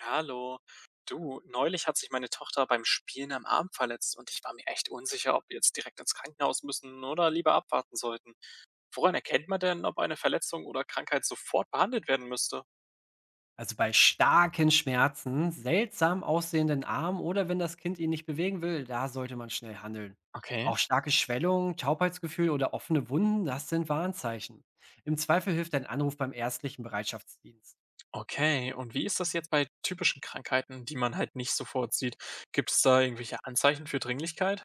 Hallo. Du, neulich hat sich meine Tochter beim Spielen am Arm verletzt und ich war mir echt unsicher, ob wir jetzt direkt ins Krankenhaus müssen oder lieber abwarten sollten. Woran erkennt man denn, ob eine Verletzung oder Krankheit sofort behandelt werden müsste? Also bei starken Schmerzen, seltsam aussehenden Armen oder wenn das Kind ihn nicht bewegen will, da sollte man schnell handeln. Okay, Auch starke Schwellungen, Taubheitsgefühl oder offene Wunden, das sind Warnzeichen. Im Zweifel hilft ein Anruf beim ärztlichen Bereitschaftsdienst. okay. Und wie ist das jetzt bei typischen Krankheiten, die man halt nicht sofort sieht? Gibt es da irgendwelche Anzeichen für Dringlichkeit?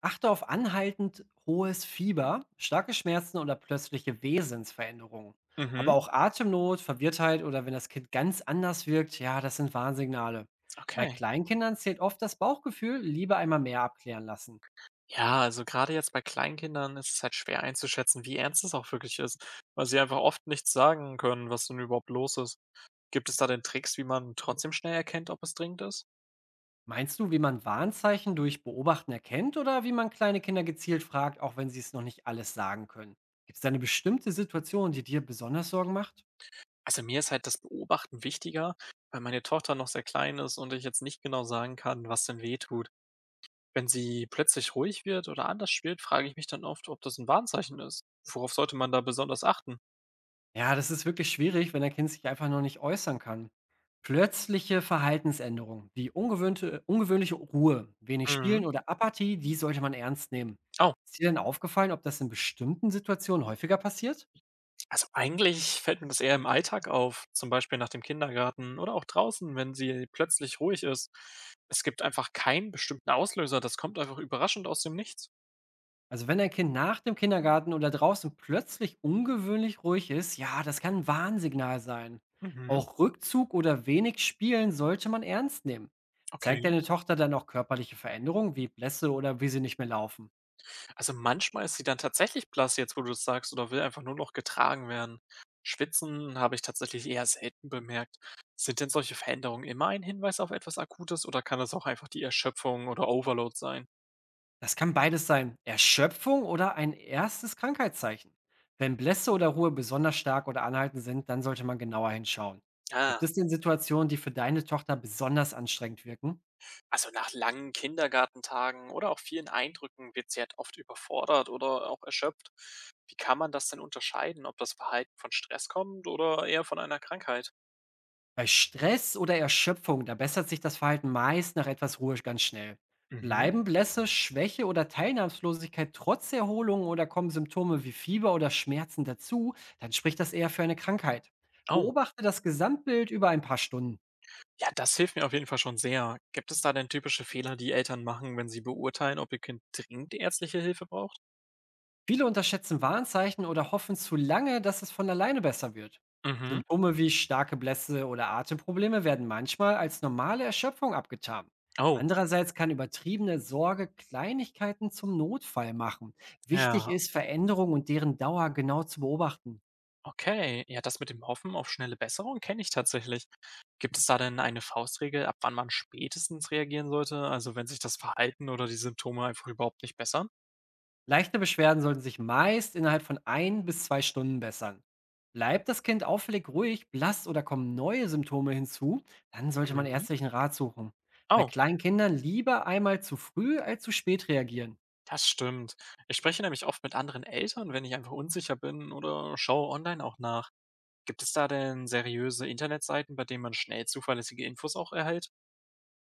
Achte auf anhaltend hohes Fieber, starke Schmerzen oder plötzliche Wesensveränderungen. Aber Mhm, auch Atemnot, Verwirrtheit oder wenn das Kind ganz anders wirkt, ja, das sind Warnsignale. Bei okay. Kleinkindern zählt oft das Bauchgefühl, lieber einmal mehr abklären lassen. Ja, also gerade jetzt bei Kleinkindern ist es halt schwer einzuschätzen, wie ernst es auch wirklich ist, weil sie einfach oft nichts sagen können, was denn überhaupt los ist. Gibt es da denn Tricks, wie man trotzdem schnell erkennt, ob es dringend ist? Meinst du, wie man Warnzeichen durch Beobachten erkennt oder wie man kleine Kinder gezielt fragt, auch wenn sie es noch nicht alles sagen können? Gibt es da eine bestimmte Situation, die dir besonders Sorgen macht? Also, mir ist halt das Beobachten wichtiger, weil meine Tochter noch sehr klein ist und ich jetzt nicht genau sagen kann, was denn weh tut. Wenn sie plötzlich ruhig wird oder anders spielt, frage ich mich dann oft, ob das ein Warnzeichen ist. Worauf sollte man da besonders achten? Ja, das ist wirklich schwierig, wenn ein Kind sich einfach noch nicht äußern kann. Plötzliche Verhaltensänderungen, wie ungewöhnliche Ruhe, wenig Mhm. Spielen oder Apathie, die sollte man ernst nehmen. Oh, Ist dir denn aufgefallen, ob das in bestimmten Situationen häufiger passiert? also eigentlich fällt mir das eher im Alltag auf, zum Beispiel nach dem Kindergarten oder auch draußen, wenn sie plötzlich ruhig ist. Es gibt einfach keinen bestimmten Auslöser, das kommt einfach überraschend aus dem Nichts. Also wenn ein Kind nach dem Kindergarten oder draußen plötzlich ungewöhnlich ruhig ist, ja, das kann ein Warnsignal sein. Mhm, Auch Rückzug oder wenig Spielen sollte man ernst nehmen. okay. Zeigt deine Tochter dann auch körperliche Veränderungen wie Blässe oder wie sie nicht mehr laufen? Also, manchmal ist sie dann tatsächlich blass jetzt, wo du es sagst, oder will einfach nur noch getragen werden. Schwitzen habe ich tatsächlich eher selten bemerkt. Sind denn solche Veränderungen immer ein Hinweis auf etwas Akutes oder kann das auch einfach die Erschöpfung oder Overload sein? Das kann beides sein. Erschöpfung oder ein erstes Krankheitszeichen. Wenn Blässe Mhm. oder Ruhe besonders stark oder anhaltend sind, dann sollte man genauer hinschauen. Ah, Gibt es denn Situationen, die für deine Tochter besonders anstrengend wirken? also nach langen Kindergartentagen oder auch vielen Eindrücken wird sie halt oft überfordert oder auch erschöpft. Wie kann man das denn unterscheiden, ob das Verhalten von Stress kommt oder eher von einer Krankheit? Bei Stress oder Erschöpfung, da bessert sich das Verhalten meist nach etwas Ruhe ganz schnell. Mhm. Bleiben Blässe, Schwäche oder Teilnahmslosigkeit trotz Erholung oder kommen Symptome wie Fieber oder Schmerzen dazu, dann spricht das eher für eine Krankheit. Oh, Beobachte das Gesamtbild über ein paar Stunden. ja, das hilft mir auf jeden Fall schon sehr. Gibt es da denn typische Fehler, die Eltern machen, wenn sie beurteilen, ob ihr Kind dringend ärztliche Hilfe braucht? Viele unterschätzen Warnzeichen oder hoffen zu lange, dass es von alleine besser wird. Mhm. Symptome wie starke Blässe oder Atemprobleme werden manchmal als normale Erschöpfung abgetan. Oh, Andererseits kann übertriebene Sorge Kleinigkeiten zum Notfall machen. Wichtig ja, ist, Veränderungen und deren Dauer genau zu beobachten. okay. Ja, das mit dem Hoffen auf schnelle Besserung kenne ich tatsächlich. Gibt es da denn eine Faustregel, ab wann man spätestens reagieren sollte? Also wenn sich das Verhalten oder die Symptome einfach überhaupt nicht bessern? Leichte Beschwerden sollten sich meist innerhalb von ein bis 2 Stunden bessern. Bleibt das Kind auffällig ruhig, blass oder kommen neue Symptome hinzu, dann sollte man Mhm. ärztlichen Rat suchen. Bei Oh, kleinen Kindern lieber einmal zu früh als zu spät reagieren. das stimmt. Ich spreche nämlich oft mit anderen Eltern, wenn ich einfach unsicher bin oder schaue online auch nach. Gibt es da denn seriöse Internetseiten, bei denen man schnell zuverlässige Infos auch erhält?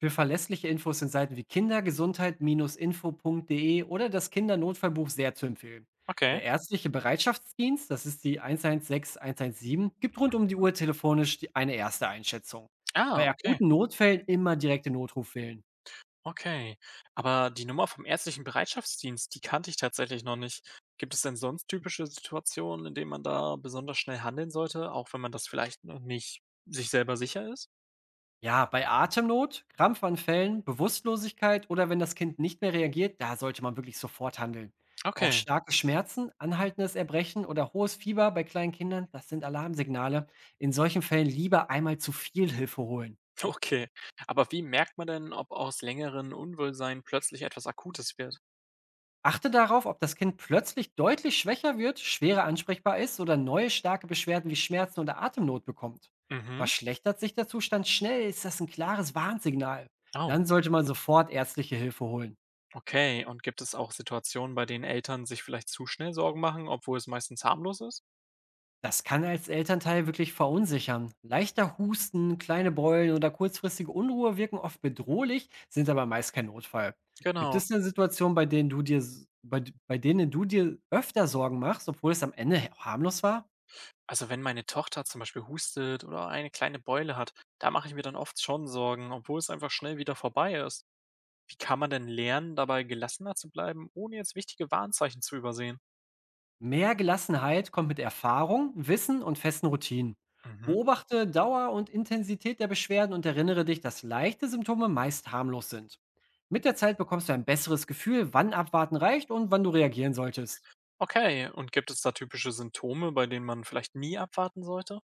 Für verlässliche Infos sind Seiten wie kindergesundheit-info.de oder das Kindernotfallbuch sehr zu empfehlen. Okay. Der ärztliche Bereitschaftsdienst, das ist die 116 117, gibt rund um die Mhm. Uhr telefonisch eine erste Einschätzung. Ah, Bei okay, akuten Notfällen immer direkte Notruf wählen. okay. Aber die Nummer vom ärztlichen Bereitschaftsdienst, die kannte ich tatsächlich noch nicht. Gibt es denn sonst typische Situationen, in denen man da besonders schnell handeln sollte, auch wenn man das vielleicht noch nicht sich selber sicher ist? Ja, bei Atemnot, Krampfanfällen, Bewusstlosigkeit oder wenn das Kind nicht mehr reagiert, da sollte man wirklich sofort handeln. Auch Okay, starke Schmerzen, anhaltendes Erbrechen oder hohes Fieber bei kleinen Kindern, das sind Alarmsignale. In solchen Fällen lieber einmal zu viel Hilfe holen. okay. Aber wie merkt man denn, ob aus längeren Unwohlsein plötzlich etwas Akutes wird? Achte darauf, ob das Kind plötzlich deutlich schwächer wird, schwerer ansprechbar ist oder neue starke Beschwerden wie Schmerzen oder Atemnot bekommt. Mhm. Verschlechtert sich der Zustand schnell, ist das ein klares Warnsignal. Oh, Dann sollte man sofort ärztliche Hilfe holen. okay. Und gibt es auch Situationen, bei denen Eltern sich vielleicht zu schnell Sorgen machen, obwohl es meistens harmlos ist? Das kann als Elternteil wirklich verunsichern. Leichter Husten, kleine Beulen oder kurzfristige Unruhe wirken oft bedrohlich, sind aber meist kein Notfall. Gibt Genau. es denn Situationen, bei denen du dir, bei denen du dir öfter Sorgen machst, obwohl es am Ende harmlos war? Also wenn meine Tochter zum Beispiel hustet oder eine kleine Beule hat, da mache ich mir dann oft schon Sorgen, obwohl es einfach schnell wieder vorbei ist. Wie kann man denn lernen, dabei gelassener zu bleiben, ohne jetzt wichtige Warnzeichen zu übersehen? Mehr Gelassenheit kommt mit Erfahrung, Wissen und festen Routinen. Mhm. Beobachte Dauer und Intensität der Beschwerden und erinnere dich, dass leichte Symptome meist harmlos sind. Mit der Zeit bekommst du ein besseres Gefühl, wann Abwarten reicht und wann du reagieren solltest. Okay, und gibt es da typische Symptome, bei denen man vielleicht nie abwarten sollte?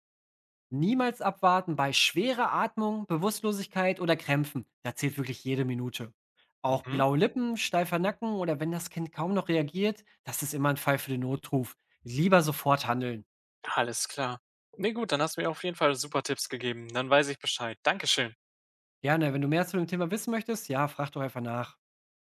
Niemals abwarten bei schwerer Atmung, Bewusstlosigkeit oder Krämpfen. Da zählt wirklich jede Minute. Auch Mhm. blaue Lippen, steifer Nacken oder wenn das Kind kaum noch reagiert, das ist immer ein Fall für den Notruf. Lieber sofort handeln. Alles klar. Nee, gut, dann hast du mir auf jeden Fall super Tipps gegeben. Dann weiß ich Bescheid. Dankeschön. Gerne, wenn du mehr zu dem Thema wissen möchtest, ja, frag doch einfach nach.